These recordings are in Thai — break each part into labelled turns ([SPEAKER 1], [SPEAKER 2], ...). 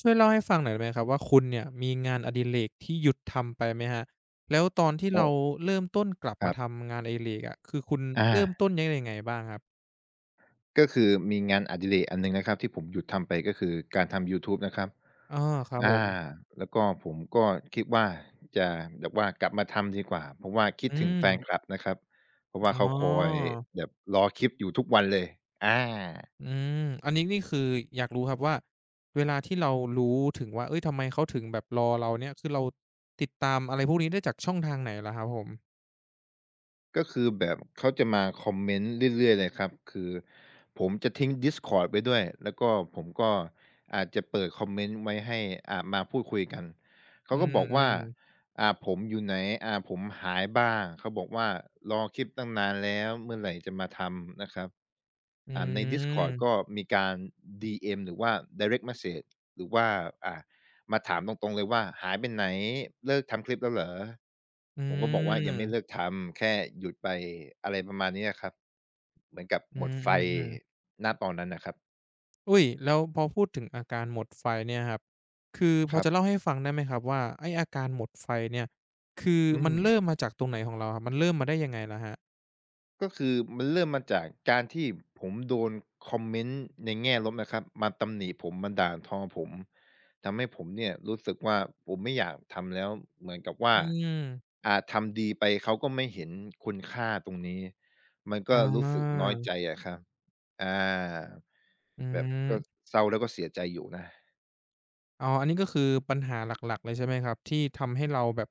[SPEAKER 1] ช่วยเล่าให้ฟังหน่อยได้ไหมครับว่าคุณเนี่ยมีงานอดิเรกที่หยุดทำไปไหมครับแล้วตอนที่
[SPEAKER 2] โอ
[SPEAKER 1] เรา
[SPEAKER 2] ้
[SPEAKER 1] เริ่มต้นกลับ
[SPEAKER 2] ค
[SPEAKER 1] มา
[SPEAKER 2] รับ
[SPEAKER 1] ทำงานอดิเรกอะคือคุณ
[SPEAKER 2] อา
[SPEAKER 1] เริ่มต้นยังไงบ้างครับ
[SPEAKER 2] ก็คือมีงานอดิเรกอันหนึ่งนะครับที่ผมหยุดทำไปก็คือการทำยูทูบนะครับ
[SPEAKER 1] อ้อครับผ
[SPEAKER 2] อา
[SPEAKER 1] ม
[SPEAKER 2] แล้วก็ผมก็คิดว่าจะแบบว่ากลับมาทำดีกว่าเพราะว่าคิด
[SPEAKER 1] อื
[SPEAKER 2] ถึงแฟนค
[SPEAKER 1] ม
[SPEAKER 2] ลับนะครับเพราะว่า
[SPEAKER 1] อ๋
[SPEAKER 2] เขา
[SPEAKER 1] อ
[SPEAKER 2] คอยแบบรอคลิปอยู่ทุกวันเลยอา
[SPEAKER 1] อืมอันนี้นี่คืออยากรู้ครับว่าเวลาที่เรารู้ถึงว่าเฮ้ยทำไมเขาถึงแบบรอเราเนี่ยคือเราติดตามอะไรพวกนี้ได้จากช่องทางไหนเหรอครับผม
[SPEAKER 2] ก็คือแบบเขาจะมาคอมเมนต์เรื่อยๆเลยครับคือผมจะทิ้งดิสคอร์ดไว้ด้วยแล้วก็ผมก็อาจจะเปิดคอมเมนต์ไว้ให้มาพูดคุยกันเขา
[SPEAKER 1] อื
[SPEAKER 2] ก็บอกว่า
[SPEAKER 1] มๆ
[SPEAKER 2] ผมอยู่ไหนผมหายบ้างเขาบอกว่ารอคลิปตั้งนานแล้วเมื่อไหร่จะมาทำนะครับ
[SPEAKER 1] อื
[SPEAKER 2] ในดิสคอร์ดก็
[SPEAKER 1] ม
[SPEAKER 2] มีการดีเอ็มหรือว่า direct message หรือว่าอ่า มาถามตรงๆเลยว่าหายไปไหนเลิกทำคลิปแล้วเหรอ
[SPEAKER 1] อื
[SPEAKER 2] ผมก็บอกว่ายังไม่เลิ
[SPEAKER 1] ม
[SPEAKER 2] กทำแค่หยุดไปอะไรประมาณนี้อะครับเหมือนกับ
[SPEAKER 1] อื
[SPEAKER 2] หมด
[SPEAKER 1] ม
[SPEAKER 2] ไฟ
[SPEAKER 1] อือ
[SPEAKER 2] ณตอนนั้นน่ะครับ
[SPEAKER 1] อุ๊ยแล้วพอพูดถึงอาการหมดไฟเนี่ยครับคือพ
[SPEAKER 2] ค
[SPEAKER 1] อ
[SPEAKER 2] รั
[SPEAKER 1] จะเล่า
[SPEAKER 2] บ
[SPEAKER 1] ให้ฟังได้ไหมครับว่าไอ้อาการหมดไฟเนี่ยคือ
[SPEAKER 2] อื
[SPEAKER 1] มัน
[SPEAKER 2] ม
[SPEAKER 1] เริ่มมาจากตรงไหนของเราครับมันเริ่มมาได้ยังไงล่ะครับ
[SPEAKER 2] ก็คือมันเริ่มมาจากการที่ผมโดนคอมเมนต์ในแง่ลบนะครับมาตำหนิผมมาด่าทอผมทำให้ผมเนี่ยรู้สึกว่าผมไม่อยากทำแล้วเหมือนกับว่า
[SPEAKER 1] อืม
[SPEAKER 2] ทำดีไปเขาก็ไม่เห็นคุณค่าตรงนี้มันก็
[SPEAKER 1] อา
[SPEAKER 2] รู้สึกน้อยใจอะครับอา
[SPEAKER 1] อื
[SPEAKER 2] แบบ
[SPEAKER 1] ม
[SPEAKER 2] ก็เศร้าแล้วก็เสียใจอยู่นะ
[SPEAKER 1] อ๋ออันนี้ก็คือปัญหาหลักๆเลยใช่ไหมครับที่ทำให้เราแบบ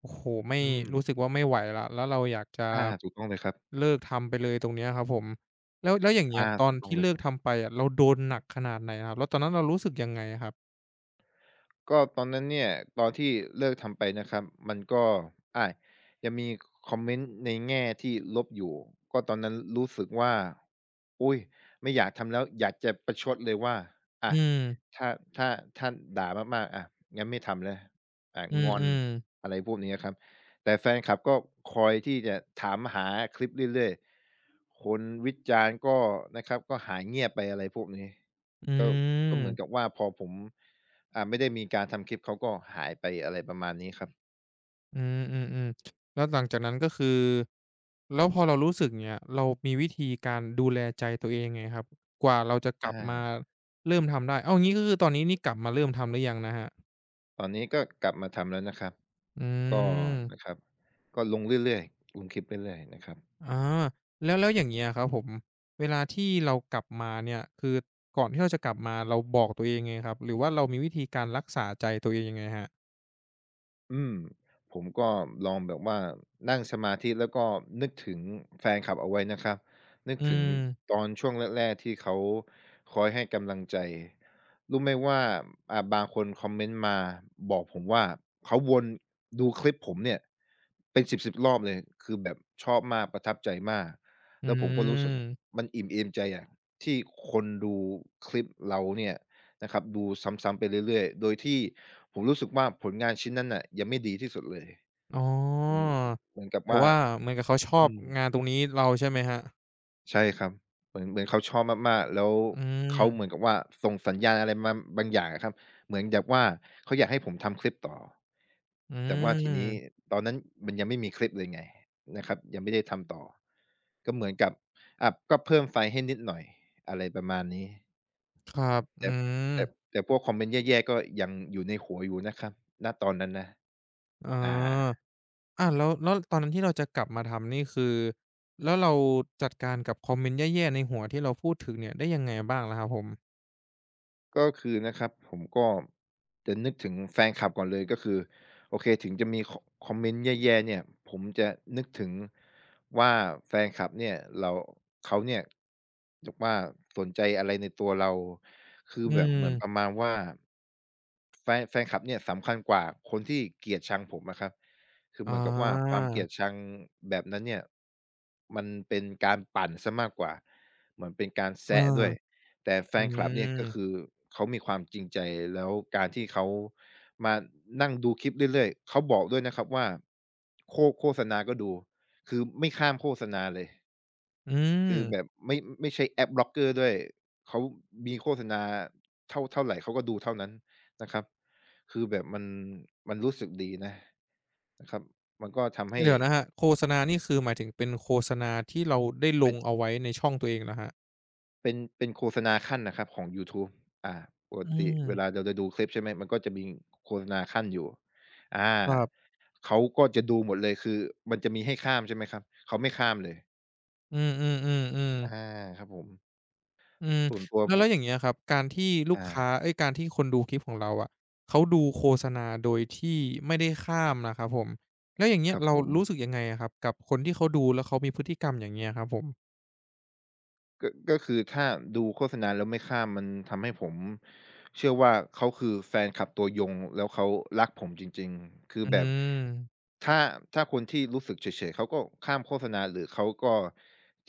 [SPEAKER 1] โอ้โฮไม่
[SPEAKER 2] อืม
[SPEAKER 1] รู้สึกว่าไม่ไหวแล้วแล้วเราอยากจะ
[SPEAKER 2] อาถูกต้องเลยครับ
[SPEAKER 1] เลิกทำไปเลยตรงเนี้ยครับผมแล้วแล้วอย่างเงี้ย
[SPEAKER 2] อา
[SPEAKER 1] ตอ
[SPEAKER 2] ถู
[SPEAKER 1] น
[SPEAKER 2] กต้อง
[SPEAKER 1] ที่
[SPEAKER 2] เลย
[SPEAKER 1] เลิ
[SPEAKER 2] ค
[SPEAKER 1] ก
[SPEAKER 2] รับ
[SPEAKER 1] ทำไปอะเราโดนหนักขนาดไหนครับแล้วตอนนั้นเรารู้สึกยังไงครับ
[SPEAKER 2] ก็ตอนนั้นเนี่ยตอนที่เลิกทำไปนะครับมันก็อายังมีคอมเมนต์ในแง่ที่ลบอยู่ก็ตอนนั้นรู้สึกว่าอุ๊ยไม่อยากทำแล้วอยากจะประชดเลยว่าอา
[SPEAKER 1] อืม
[SPEAKER 2] ถ้าถ้าถ้าด่ามากๆอะงั้นไม่ทำแล้ว
[SPEAKER 1] อื
[SPEAKER 2] งอน
[SPEAKER 1] มๆ
[SPEAKER 2] อะไรพวกนี้อะครับแต่แฟนคลับก็คอยที่จะถามหาคลิปเรื่อยๆคนวิจารณ์ก็นะครับก็หายเงียบไปอะไรพวกนี้
[SPEAKER 1] อื
[SPEAKER 2] ก็ก็เหมือนกั
[SPEAKER 1] ม
[SPEAKER 2] บว่าพอผม ไม่ได้มีการทำคลิปเขาก็หายไปอะไรประมาณนี้ครับ
[SPEAKER 1] อืมอืมอืมแล้วหลังจากนั้นก็คือแล้วพอเรารู้สึกเนี่ยเรามีวิธีการดูแลใจตัวเองไงครับกว่าเราจะกลับ
[SPEAKER 2] อา
[SPEAKER 1] มาเริ่มทำได้เอ้างี้ก็คือตอนนี้นี่กลับมาเริ่มทำหรือยังนะฮะ
[SPEAKER 2] ตอนนี้ก็กลับมาทำแล้วนะครับ
[SPEAKER 1] อื
[SPEAKER 2] ก็นะค
[SPEAKER 1] ม
[SPEAKER 2] รับก็ลงเรื่อยๆลงคลิปเรื่อยๆนะครับ
[SPEAKER 1] อาแล้วแล้วอย่างเงี้ยครับผมเวลาที่เรากลับมาเนี่ยคือก่อนที่เราจะกลับมาเราบอกตัวเองยงไงครับหรือว่าเรามีวิธีการรักษาใจตัวเองยังไงฮะ
[SPEAKER 2] อืมผมก็ลองแบบว่านั่งสมาธิแล้วก็นึกถึงแฟนคลับเอาไว้นะครับนึก
[SPEAKER 1] อื
[SPEAKER 2] ถึงต
[SPEAKER 1] ม
[SPEAKER 2] อนช่วงแรกๆที่เขาคอยให้กำลังใจรู้ไหมว่าบางคนคอมเมนต์มาบอกผมว่าเขาวนดูคลิปผมเนี่ยเป็นสิบๆรอบเลยคือแบบชอบมากประทับใจมาก
[SPEAKER 1] อื
[SPEAKER 2] แล้วผมก็รู้สึก
[SPEAKER 1] ม
[SPEAKER 2] มันอิ่มเอมใจอะที่คนดูคลิปเราเนี่ย นะครับดูซ้ำๆไปเรื่อยๆโดยที่ผมรู้สึกว่าผลงานชิ้นนั้นน่ะยังไม่ดีที่สุดเลย
[SPEAKER 1] อ๋อ
[SPEAKER 2] มืนเหมือนกับ
[SPEAKER 1] แต่
[SPEAKER 2] ว่า
[SPEAKER 1] ว่าเหมือนกับเขาชอ
[SPEAKER 2] อื
[SPEAKER 1] บ
[SPEAKER 2] ม
[SPEAKER 1] งานตรงนี้เราใช่ไหมครับ
[SPEAKER 2] ใช่ครับเหมือนเขาชอบมากๆแล้ว
[SPEAKER 1] อืม
[SPEAKER 2] เขาเหมือนกับว่าส่งสัญญาณอะไรมาบางอย่างอะครับเหมือนแบบว่าเขาอยากให้ผมทำคลิปต่อ
[SPEAKER 1] อื
[SPEAKER 2] แต่ว่าทีนี้
[SPEAKER 1] ม
[SPEAKER 2] ตอนนั้นมันยังไม่มีคลิปเลยไงนะครับยังไม่ได้ทำต่อก็เหมือนกับอ่ะก็เพิ่มไฟล์ให้นิดหน่อยอะไรประมาณนี้
[SPEAKER 1] ครับ
[SPEAKER 2] แต่
[SPEAKER 1] อืม
[SPEAKER 2] แต่แต่พวกคอมเมนต์แย่ๆก็ยังอยู่ในหัวอยู่นะครับณตอนนั้นนะ
[SPEAKER 1] อ๋อ
[SPEAKER 2] อา
[SPEAKER 1] อาแล้วแล้วตอนนั้นที่เราจะกลับมาทำนี่คือแล้วเราจัดการกับคอมเมนต์แย่ๆในหัวที่เราพูดถึงเนี่ยได้ยังไงบ้างล่ะครับผม
[SPEAKER 2] ก็คือนะครับผมก็จะนึกถึงแฟนคลับก่อนเลยก็คือโอเคถึงจะมีคอมเมนต์แย่ๆเนี่ยผมจะนึกถึงว่าแฟนคลับเนี่ยเราเขาเนี่ยแบบว่าสนใจอะไรในตัวเราคือ
[SPEAKER 1] อื
[SPEAKER 2] แบบเหมือนประ
[SPEAKER 1] ม
[SPEAKER 2] มาณว่าแฟนคลับเนี่ยสำคัญกว่าคนที่เกลียดชังผมอะครับคือ
[SPEAKER 1] อ๋
[SPEAKER 2] เหมือนกับว่าควา
[SPEAKER 1] อ
[SPEAKER 2] มเกลียดชังแบบนั้นเนี่ยมันเป็นการปั่นเสียมากกว่าเหมือนเป็นการ
[SPEAKER 1] เออ
[SPEAKER 2] แซะด้วย แต่แฟ
[SPEAKER 1] อื
[SPEAKER 2] นคลับเนี่ยก็คื
[SPEAKER 1] ม
[SPEAKER 2] อเขามีความจริงใจแล้วการที่เขามานั่งดูคลิปเรื่อยๆเขาบอกด้วยนะครับว่าโฆโฆษณาก็ดูคือไม่ข้ามโฆษณาเลย
[SPEAKER 1] อื
[SPEAKER 2] คือแบบ
[SPEAKER 1] ม
[SPEAKER 2] ไม่ใช้แอปบล็อกเกอร์ด้วยเขามีโฆษณาเท่าไรเขาก็ดูเท่านั้นนะครับคือแบบมันรู้สึกดีนะนะครับมันก็ทำให้
[SPEAKER 1] เดี๋ยวนะครับโฆษณานี่คือหมายถึงเป็นโฆษณาที่เราได้ลง
[SPEAKER 2] ไป
[SPEAKER 1] เอาไว้ในช่องตัวเองเหรอครับ
[SPEAKER 2] เป็นโฆษณาขั้นนะครับของยูทูบอ่าปก
[SPEAKER 1] อื
[SPEAKER 2] ติ
[SPEAKER 1] ม
[SPEAKER 2] เวลาเราจะดูคลิปใช่ไหม มันก็จะมีโฆษณาขั้นอยู่อา
[SPEAKER 1] ครับ
[SPEAKER 2] เขาก็จะดูหมดเลยคือมันจะมีให้ข้ามใช่ไหมครับ เขาไม่ข้ามเลย
[SPEAKER 1] อืมๆๆ
[SPEAKER 2] อา
[SPEAKER 1] ๆ
[SPEAKER 2] ครับผม
[SPEAKER 1] อืม
[SPEAKER 2] ส่วนตัว
[SPEAKER 1] แล้ว
[SPEAKER 2] ผ
[SPEAKER 1] แล้ว
[SPEAKER 2] ม
[SPEAKER 1] อย่างเงี้ยครับการที่ลูกค้า
[SPEAKER 2] อ่า
[SPEAKER 1] เอ๊ยการที่คนดูคลิปของเราอะเขาดูโฆษณาโดยที่ไม่ได้ข้ามนะครับผมแล้วอย่างเงี้
[SPEAKER 2] ค
[SPEAKER 1] ย
[SPEAKER 2] รับ
[SPEAKER 1] เรา
[SPEAKER 2] ผม
[SPEAKER 1] รู้สึกยังไงอะครับกับคนที่เขาดูแล้วเขามีพฤติกรรมอย่างเงี้ยครับผม
[SPEAKER 2] ก็คือถ้าดูโฆษณาแล้วไม่ข้ามมันทำให้ผมเชื่อว่าเขาคือแฟนคลับตัวยงแล้วเขารักผมจริงๆคือ
[SPEAKER 1] อื
[SPEAKER 2] แบบ
[SPEAKER 1] ม
[SPEAKER 2] ถ้าถ้าคนที่รู้สึกเฉยๆเขาก็ข้ามโฆษณาหรือเขาก็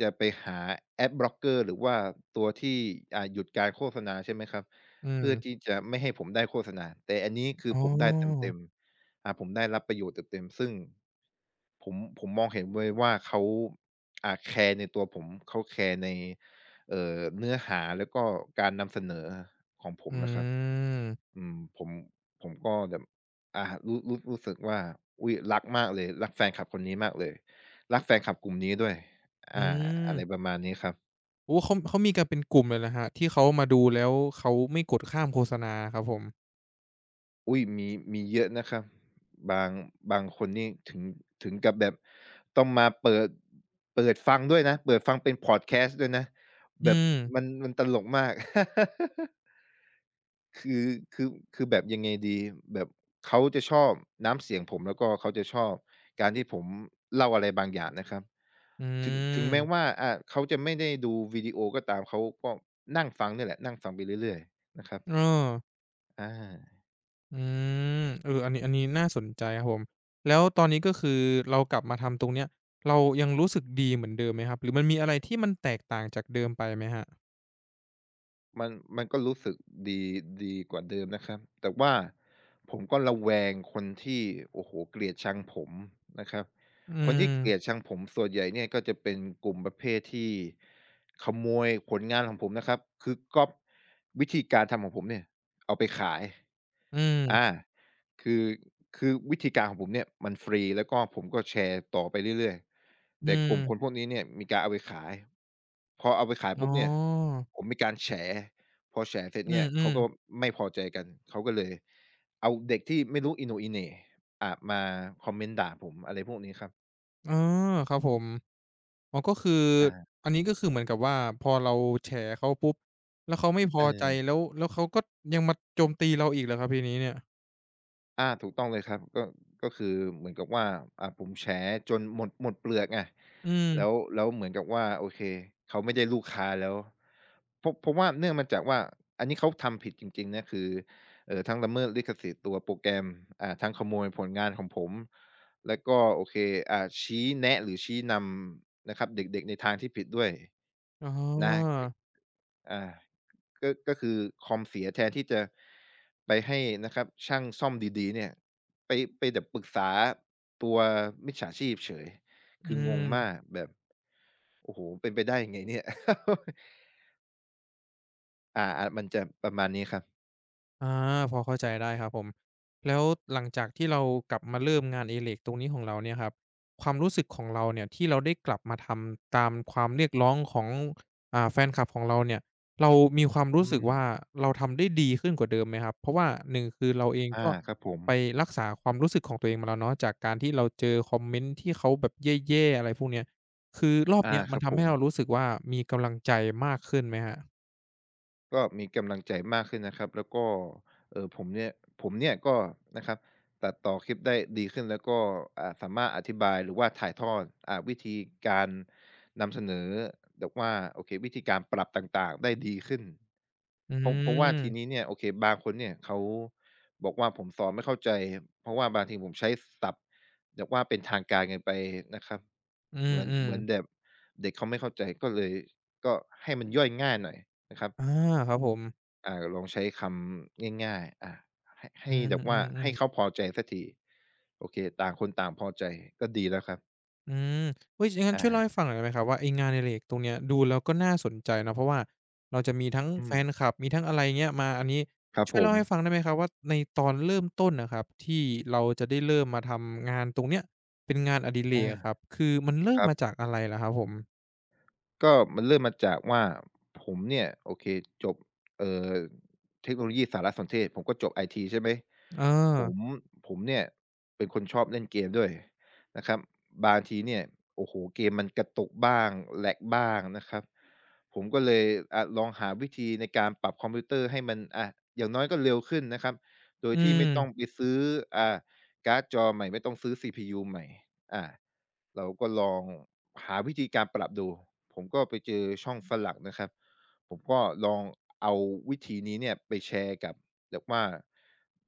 [SPEAKER 2] จะไปหาแอดบล็อกเกอร์หรือว่าตัวที่หยุดการโฆษณาใช่ไหมครับ
[SPEAKER 1] อืม
[SPEAKER 2] เพื่อที่จะไม่ให้ผมได้โฆษณาแต่อันนี้คือ
[SPEAKER 1] อ๋อ
[SPEAKER 2] ผมได้เต็มๆผมได้รับประโยชน์เต็มๆซึ่งผมมองเห็นเลยว่าเขาแคร์ในตัวผมเขาแคร์ใน เนื้อหาแล้วก็การนำเสนอของผ
[SPEAKER 1] อื
[SPEAKER 2] มนะครับ
[SPEAKER 1] ม
[SPEAKER 2] อืมผมก็แบบรู้สึกว่าอุ๊ยรักมากเลยรักแฟนคลับคนนี้มากเลยรักแฟนคลับกลุ่มนี้ด้วย
[SPEAKER 1] อื
[SPEAKER 2] อ่าอะไรป
[SPEAKER 1] ม
[SPEAKER 2] ระมาณนี้ครับ
[SPEAKER 1] โอ้เขาเขามีกันเป็นกลุ่มเลยเหรอครับที่เขามาดูแล้วเขาไม่กดข้ามโฆษณาครับผม
[SPEAKER 2] อุ๊ยมีเยอะนะครับบางบางคนนี่ถึงกับแบบต้องมาเปิดฟังด้วยนะเปิดฟังเป็นพอดแคสต์ด้วยนะแบ
[SPEAKER 1] อื
[SPEAKER 2] บ
[SPEAKER 1] ม
[SPEAKER 2] มันตลกมาก คือคือคือแบบยังไงดีแบบเขาจะชอบน้ำเสียงผมแล้วก็เขาจะชอบการที่ผมเล่าอะไรบางอย่างนะครับ
[SPEAKER 1] อื
[SPEAKER 2] ถึงแม้ว่า
[SPEAKER 1] ม
[SPEAKER 2] เขาจะไม่ได้ดูวิดีโอก็ตามเขาก็นั่งฟังเนี่ยแหละนั่งฟังไปเรื่อยๆนะครับ
[SPEAKER 1] เออ
[SPEAKER 2] อา
[SPEAKER 1] อืมเอออันนี้อันนี้น่าสนใจครับผมแล้วตอนนี้ก็คือเรากลับมาทำตรงเนี้ยเรายังรู้สึกดีเหมือนเดิมไหมครับหรือมันมีอะไรที่มันแตกต่างจากเดิมไปไหมครับ
[SPEAKER 2] มันมันก็รู้สึกดีดีกว่าเดิมนะครับแต่ว่าผมก็ระแวงคนที่โอ้โฮเกลียดชังผมนะครับ
[SPEAKER 1] อื
[SPEAKER 2] คนที่เกลียด
[SPEAKER 1] ม
[SPEAKER 2] ชังผมส่วนใหญ่เนี่ยก็จะเป็นกลุ่มประเภทที่ขโมยผลงานของผมนะครับคือก๊อบวิธีการทำของผมเนี่ยเอาไปขาย
[SPEAKER 1] อื
[SPEAKER 2] อา
[SPEAKER 1] ม
[SPEAKER 2] คือคือวิธีการของผมเนี่ยมันฟรีแล้วก็ผมก็แชร์ต่อไปเรื่อยๆ
[SPEAKER 1] อื
[SPEAKER 2] แต่กลุ่มคนพ
[SPEAKER 1] ม
[SPEAKER 2] วกนี้เนี่ยมีการเอาไปขายพอเอาไปขาย
[SPEAKER 1] อ๋
[SPEAKER 2] ปุ๊
[SPEAKER 1] อ
[SPEAKER 2] บเนี่ยผมมีการแฉพอแฉเสร็จ
[SPEAKER 1] อื
[SPEAKER 2] เนี่ยเขา
[SPEAKER 1] ม
[SPEAKER 2] ก็
[SPEAKER 1] ๆ
[SPEAKER 2] ไม่พอใจกันเขาก็เลยเอาเด็กที่ไม่รู้อีโหน่อีเหน่มาคอมเมนต์ด่าผมอะไรพวกนี้ครับ
[SPEAKER 1] อ๋อครับผมอ๋อก็คือ
[SPEAKER 2] อา
[SPEAKER 1] อันนี้ก็คือเหมือนกับว่าพอเราแฉเขาปุ๊บแล้วเขาไม่พ
[SPEAKER 2] เ
[SPEAKER 1] อใจ
[SPEAKER 2] ออ
[SPEAKER 1] แล้วแล้วเขาก็ยังมาโจมตีเราอีกเหรอครับทีนี้เนี่ย
[SPEAKER 2] อาถูกต้องเลยครับก็ก็คือเหมือนกับว่าผมแฉจนหมดเปลือกไง
[SPEAKER 1] อื
[SPEAKER 2] แล้ว
[SPEAKER 1] ม
[SPEAKER 2] เหมือนกับว่าโอเคเขาไม่ได้ลูกค้าแล้วเพราะว่าเนื่องมาจากว่าอันนี้เขาทำผิดจริงๆนะคือทั้งละเมิดลิขสิทธิ์ตัวโปรแกรมทั้งขโมยผลงานของผมแล้วก็โอเคชี้แนะหรือชี้นำนะครับเด็กๆในทางที่ผิดด้วย
[SPEAKER 1] อ๋อ
[SPEAKER 2] นะกอา ก็ก็คือคอมเสียแทนที่จะไปให้นะครับช่างซ่อมดีๆเนี่ยไปไปแบบปรึกษาตัวมิจฉาชีพเฉย
[SPEAKER 1] อื
[SPEAKER 2] คืองง
[SPEAKER 1] ม
[SPEAKER 2] มากแบบโอ้โฮเป็นไปได้ยังไงเนี่ย อาๆมันจะประมาณนี้ครับ
[SPEAKER 1] อาพอเข้าใจได้ครับผมแล้วหลังจากที่เรากลับมาเริ่มงานอดิเรกตรงนี้ของเราเนี่ยครับความรู้สึกของเราเนี่ยที่เราได้กลับมาทำตามความเรียกร้องของอ่าแฟนคลับของเราเนี่ยเรามีความรู้
[SPEAKER 2] อื
[SPEAKER 1] สึก
[SPEAKER 2] ม
[SPEAKER 1] ว่าเราทำได้ดีขึ้นกว่าเดิมไหมครับเพราะว่า1คือเราเอง
[SPEAKER 2] อา
[SPEAKER 1] ก็
[SPEAKER 2] ครับผม
[SPEAKER 1] ไปรักษาความรู้สึกของตัวเองมาแล้วเนาะจากการที่เราเจอคอมเมนต์ที่เขาแบบแย่ๆอะไรพวกเนี้ยคือรอบ
[SPEAKER 2] อา
[SPEAKER 1] เนี้ย
[SPEAKER 2] ค
[SPEAKER 1] มัน
[SPEAKER 2] รับผ
[SPEAKER 1] ทำให้
[SPEAKER 2] ม
[SPEAKER 1] เรารู้สึกว่ามีกำลังใจมากขึ้นไหมครับ
[SPEAKER 2] ก็มีกำลังใจมากขึ้นนะครับแล้วก็ผมเนี่ยก็นะครับตัดต่อคลิปได้ดีขึ้นแล้วก็สามารถอธิบายหรือว่าถ่ายทอดวิธีการนำเสนอแบบว่าโอเควิธีการปรับต่างๆได้ดีขึ้น
[SPEAKER 1] อื
[SPEAKER 2] เพราะว่าทีนี้
[SPEAKER 1] ม
[SPEAKER 2] เนี่ยโอเคบางคนเนี่ยเขาบอกว่าผมสอนไม่เข้าใจเพราะว่าบางทีผมใช้ศัพท์แบบว่าเป็นทางการเกินไปนะครับ
[SPEAKER 1] อืม
[SPEAKER 2] เหมือนแบ
[SPEAKER 1] ๆ
[SPEAKER 2] บเด็กเขาไม่เข้าใจก็เลยก็ให้มันย่อยง่ายหน่อยนะครับ
[SPEAKER 1] อาครับผม
[SPEAKER 2] อาลองใช้คำง่ายๆอา
[SPEAKER 1] อื
[SPEAKER 2] ให้แบบว่า
[SPEAKER 1] ม
[SPEAKER 2] ให้
[SPEAKER 1] ๆ
[SPEAKER 2] เขา
[SPEAKER 1] ๆ
[SPEAKER 2] พอใจสักทีโอเคต่างคนต่างพอใจก็ดีแล้วครับ
[SPEAKER 1] อืมเฮ้ยอย่างงั้น
[SPEAKER 2] อา
[SPEAKER 1] ช่วยเล่าให้ฟังหน่อยได้ไหมครับว่าไอ้งานอดิเรกตรงเนี้ยดูแล้วก็น่าสนใจเนาะเพราะว่าเราจะมีทั้ง
[SPEAKER 2] อื
[SPEAKER 1] แฟ
[SPEAKER 2] ม
[SPEAKER 1] นคลับมีทั้งอะไรเงี้ยมาอันนี้
[SPEAKER 2] ครับ
[SPEAKER 1] ช่ว
[SPEAKER 2] ผ
[SPEAKER 1] ยเล่า
[SPEAKER 2] ม
[SPEAKER 1] ให้ฟังได้ไหมครับว่าในตอนเริ่มต้นน่ะครับที่เราจะได้เริ่มมาทำงานตรงเนี้ยเป็นงานอดิเรก
[SPEAKER 2] อา
[SPEAKER 1] อะครับคือมันเริ่
[SPEAKER 2] ค
[SPEAKER 1] ม
[SPEAKER 2] รั
[SPEAKER 1] มาจา
[SPEAKER 2] บ
[SPEAKER 1] กอะไรเหรอครับผม
[SPEAKER 2] ก็มันเริ่มมาจากว่าผมเนี่ยโอเคจบเอ่อเทคโนโลยีสารสนเทศผมก็จบไอทีใช่ไหม
[SPEAKER 1] เออ
[SPEAKER 2] ผมผมเนี่ยเป็นคนชอบเล่นเกมด้วยนะครับบางทีเนี่ยโอ้โฮเกมมันกระตุกบ้างแลกบ้างนะครับผมก็เลยลองหาวิธีในการปรับคอมพิวเตอร์ให้มันอย่างน้อยก็เร็วขึ้นนะครับโดย
[SPEAKER 1] อื
[SPEAKER 2] ที่ไม่ต้อง
[SPEAKER 1] ม
[SPEAKER 2] ไปซื้ออ่าการ์ดจอใหม่ไม่ต้องซื้อซีพียูใหม่อา เราก็ลองหาวิธีการปรับดู ผมก็ไปเจอช่องฝรั่งนะครับ ผมก็ลองเอาวิธีนี้เนี่ยไปแชร์กับเรือว่า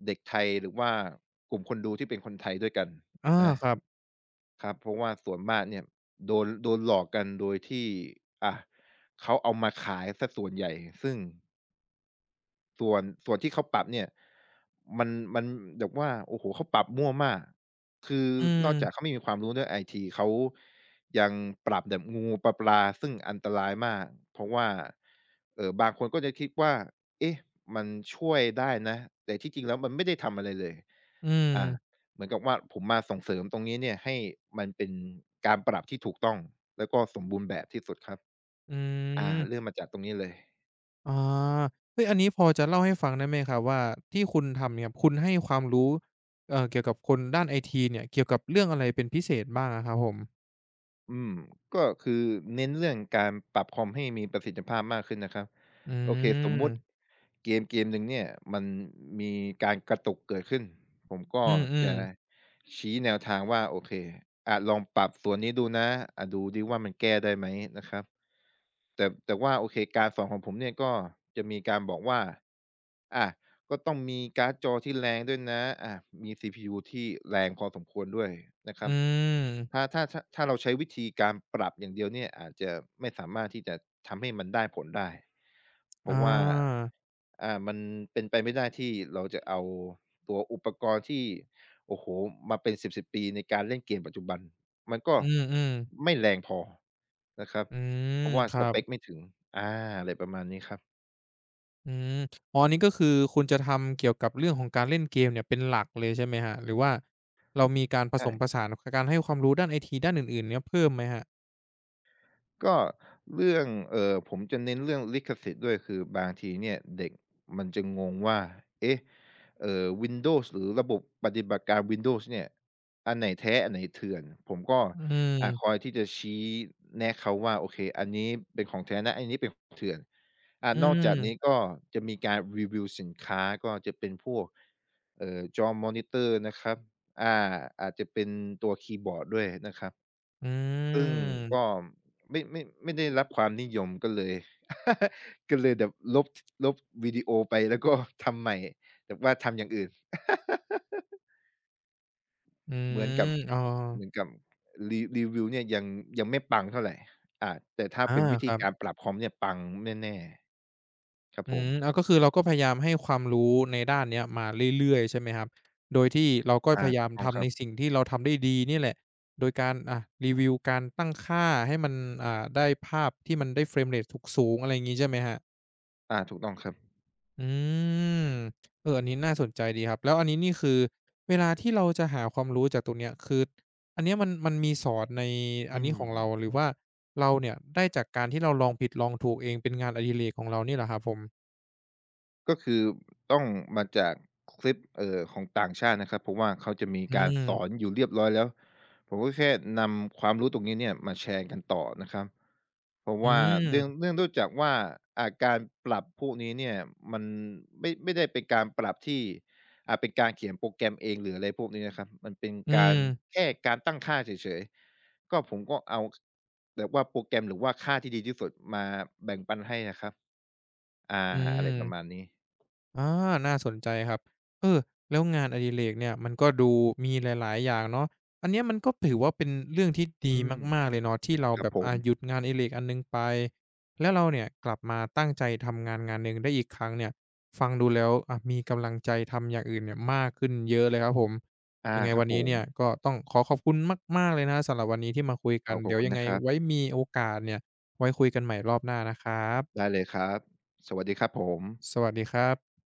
[SPEAKER 2] เด็กไทยหรือว่ากลุ่มคนดูที่เป็นคนไทยด้วยกัน
[SPEAKER 1] อา
[SPEAKER 2] นะ
[SPEAKER 1] ครับ
[SPEAKER 2] ครับเพราะว่าส่วนมากเนี่ยโดนหลอกกันโดยที่อ่ะเขาเอามาขายสส่วนใหญ่ซึ่ง ส่วนที่เขาปรับเนี่ยมันมันแบบว่าโอ้โฮเขาปรับมั่วมากคือ
[SPEAKER 1] อื
[SPEAKER 2] นอกจาก
[SPEAKER 1] ม
[SPEAKER 2] เขาไม่มีความรู้เรื่องไอทีเขายังปรับแบบงูปลาซึ่งอันตรายมากเพราะว่าบางคนก็จะคิดว่าเอ๊ะมันช่วยได้นะแต่ที่จริงแล้วมันไม่ได้ทำอะไรเลย
[SPEAKER 1] อืม
[SPEAKER 2] อ่าเหมือนกับว่าผมมาส่งเสริมตรงนี้เนี่ยให้มันเป็นการปรับที่ถูกต้องแล้วก็สมบูรณ์แบบที่สุดครับ
[SPEAKER 1] อ
[SPEAKER 2] อ่า
[SPEAKER 1] ื
[SPEAKER 2] เริ่ม
[SPEAKER 1] ม
[SPEAKER 2] มาจากตรงนี้เลย
[SPEAKER 1] อาเฮ้ยอันนี้พอจะเล่าให้ฟังได้ไหมครับว่าที่คุณทำเนี่ยคุณให้ความรู้เกี่ยวกับคนด้านไอทีเนี่ยเกี่ยวกับเรื่องอะไรเป็นพิเศษบ้างอะครับผม
[SPEAKER 2] อืมก็คือเน้นเรื่องการปรับคอมให้มีประสิทธิภาพมากขึ้นนะครับ
[SPEAKER 1] อื
[SPEAKER 2] โอเคสมมุติ
[SPEAKER 1] ม
[SPEAKER 2] เกมหนึ่งเนี่ยมันมีการกระตุกเกิดขึ้นผมก็
[SPEAKER 1] อืม
[SPEAKER 2] จะ
[SPEAKER 1] ๆ
[SPEAKER 2] ชี้แนวทางว่าโอเคอาจลองปรับส่วนนี้ดูนะดูดิว่ามันแก้ได้ไหมนะครับ แต่ว่าโอเคการสอนของผมเนี่ยก็จะมีการบอกว่าอะก็ต้องมีการ์ดจอที่แรงด้วยนะอะมี CPU ที่แรงพอสมควรด้วยนะค
[SPEAKER 1] อื
[SPEAKER 2] รับ
[SPEAKER 1] ม
[SPEAKER 2] ถ้าเราใช้วิธีการปรับอย่างเดียวเนี่ยอาจจะไม่สามารถที่จะทำให้มันได้ผลได้เพ
[SPEAKER 1] อ
[SPEAKER 2] ราะว่า
[SPEAKER 1] า
[SPEAKER 2] มันเป็นไปไม่ได้ที่เราจะเอาตัวอุปกรณ์ที่โอ้โหมาเป็นสิบปีในการเล่นเกมปัจจุบันมันก็
[SPEAKER 1] อืมๆ
[SPEAKER 2] ไม่แรงพอนะครับ
[SPEAKER 1] อืม
[SPEAKER 2] เพราะว่า
[SPEAKER 1] ค
[SPEAKER 2] ส
[SPEAKER 1] รับ
[SPEAKER 2] เปกไม่ถึงอาอะไรประมาณนี้ครับ
[SPEAKER 1] อืมอ๋ออันนี้ก็คือคุณจะทำเกี่ยวกับเรื่องของการเล่นเกมเนี่ยเป็นหลักเลยใช่ไหมครับหรือว่าเรามีการผสมผ
[SPEAKER 2] ใช่
[SPEAKER 1] สานกการให้ความรู้ด้านไอทีด้านอื่นๆเนี่ยเพิ่มไหมครับ
[SPEAKER 2] ก็เรื่องผมจะเน้นเรื่องลิขสิทธิ์ด้วยคือบางทีเนี่ยเด็กมันจะงงว่าเอ๊ะWindows หรือระบบปฏิบัติการ Windows เนี่ยอันไหนแท้อันไหนเถื่อนผมก็
[SPEAKER 1] อืม
[SPEAKER 2] คอยที่จะชี้แนะเขาว่าโอเคอันนี้เป็นของแท้นะอันนี้เป็นของเถื่อน
[SPEAKER 1] อื
[SPEAKER 2] นอกจากนี้
[SPEAKER 1] ม
[SPEAKER 2] ก็จะมีการรีวิวสินค้าก็จะเป็นพวกจอมอนิเตอร์นะครับอ่าอาจจะเป็นตัวคีย์บอร์ดด้วยนะครับ
[SPEAKER 1] อื
[SPEAKER 2] ซึ่งก็
[SPEAKER 1] ม
[SPEAKER 2] ไม่ได้รับความนิยมก็เลย ก็เลยแบบลบวิดีโอไปแล้วก็ทำใหม่แต่ว่าทำอย่างอื่น
[SPEAKER 1] อื
[SPEAKER 2] เหมือนกั
[SPEAKER 1] ม
[SPEAKER 2] บ
[SPEAKER 1] อ๋อ
[SPEAKER 2] เหมือนกับรีวิวเนี่ยยังไม่ปังเท่าไหรแต่ถ้า
[SPEAKER 1] อา
[SPEAKER 2] เป็นวิ
[SPEAKER 1] ค
[SPEAKER 2] ธี
[SPEAKER 1] รับ
[SPEAKER 2] การปรับคอมเนี่ยปังแน่ๆครับผ
[SPEAKER 1] อื
[SPEAKER 2] ม
[SPEAKER 1] มอาก็คือเราก็พยายามให้ความรู้ในด้านเนี้ยมาเรื่อยๆใช่ไหมครับโดยที่เราก็
[SPEAKER 2] อา
[SPEAKER 1] พยายา
[SPEAKER 2] ถู
[SPEAKER 1] ม
[SPEAKER 2] กต้องค
[SPEAKER 1] ทำ
[SPEAKER 2] รั
[SPEAKER 1] ใน
[SPEAKER 2] บ
[SPEAKER 1] สิ่งที่เราทำได้ดีเนี่ยแหละโดยการอ่ารีวิวการตั้งค่าให้มันอ่าได้ภาพที่มันได้ frame rate ถูกสูงๆอะไรงี้ใช่ไหมครับ
[SPEAKER 2] อาถูกต้องครับ
[SPEAKER 1] อืมเอออันนี้น่าสนใจดีครับ แล้วอันนี้นี่คือเวลาที่เราจะหาความรู้จากตรงเนี้ยคืออันเนี้ยมันมีสอนในอั
[SPEAKER 2] อื
[SPEAKER 1] นนี้
[SPEAKER 2] ม
[SPEAKER 1] ของเราหรือว่าเราเนี่ยได้จากการที่เราลองผิดลองถูกเองเป็นงานอดิเรกของเรานี่เหรอครับผม
[SPEAKER 2] ก็คือต้องมาจากคลิปของต่างชาตินะครับเพราะว่าเขาจะมี
[SPEAKER 1] อื
[SPEAKER 2] การ
[SPEAKER 1] ม
[SPEAKER 2] สอนอยู่เรียบร้อยแล้วผมก็แค่นำความรู้ตรงนี้เนี่ยมาแชร์กันต่อนะครับเพราะ
[SPEAKER 1] อื
[SPEAKER 2] ว่าเรื่อง
[SPEAKER 1] ม
[SPEAKER 2] เรื่องด้วยจากว่าอาการปรับพวกนี้เนี่ยมันไม่ได้เป็นการปรับที่อาจเป็นการเขียนโปรแกรมเองหรืออะไรพวกนี้นะครับมันเป็น
[SPEAKER 1] อื
[SPEAKER 2] การ
[SPEAKER 1] ม
[SPEAKER 2] แค่การตั้งค่าเฉยๆก็ผมก็เอาแบบว่าโปรแกรมหรือว่าค่าที่ดีที่สุดมาแบ่งปันให้นะครับอา
[SPEAKER 1] อื
[SPEAKER 2] อะไรประมาณ
[SPEAKER 1] ม
[SPEAKER 2] นี้
[SPEAKER 1] อาน่าสนใจครับเออแล้วงานอดิเรกเนี่ยมันก็ดูมีหลายๆอย่างเนาะอันเนี้ยมันก็ถือว่าเป็นเรื่องที่ดี
[SPEAKER 2] อืม
[SPEAKER 1] มากๆเลยเนาะที่เรา
[SPEAKER 2] ครับ
[SPEAKER 1] แบบ
[SPEAKER 2] ผ
[SPEAKER 1] อ่า
[SPEAKER 2] ม
[SPEAKER 1] หยุดงานอดิเรกอันหนึ่งไปแล้วเราเนี่ยกลับมาตั้งใจทำงานหนึ่งได้อีกครั้งเนี่ยฟังดูแล้วอ่ามีกำลังใจทำอย่างอื่นเนี่ยมากขึ้นเยอะเลยครับผม
[SPEAKER 2] อา
[SPEAKER 1] ยังไง
[SPEAKER 2] ครับ
[SPEAKER 1] วัน
[SPEAKER 2] ผ
[SPEAKER 1] นี้
[SPEAKER 2] ม
[SPEAKER 1] เนี่ยก็ต้องขอขอบคุณมากๆเลยนะครับสำหรับวันนี้ที่มาคุยกัน
[SPEAKER 2] เราขอบ
[SPEAKER 1] เดี๋ยว
[SPEAKER 2] คุณ
[SPEAKER 1] ยังไง
[SPEAKER 2] นะครับ
[SPEAKER 1] ไว้มีโอกาสเนี่ยไว้คุยกันใหม่รอบหน้านะครับ
[SPEAKER 2] ได้เลยครับสวัสดีครับผม
[SPEAKER 1] สวัสดีครับ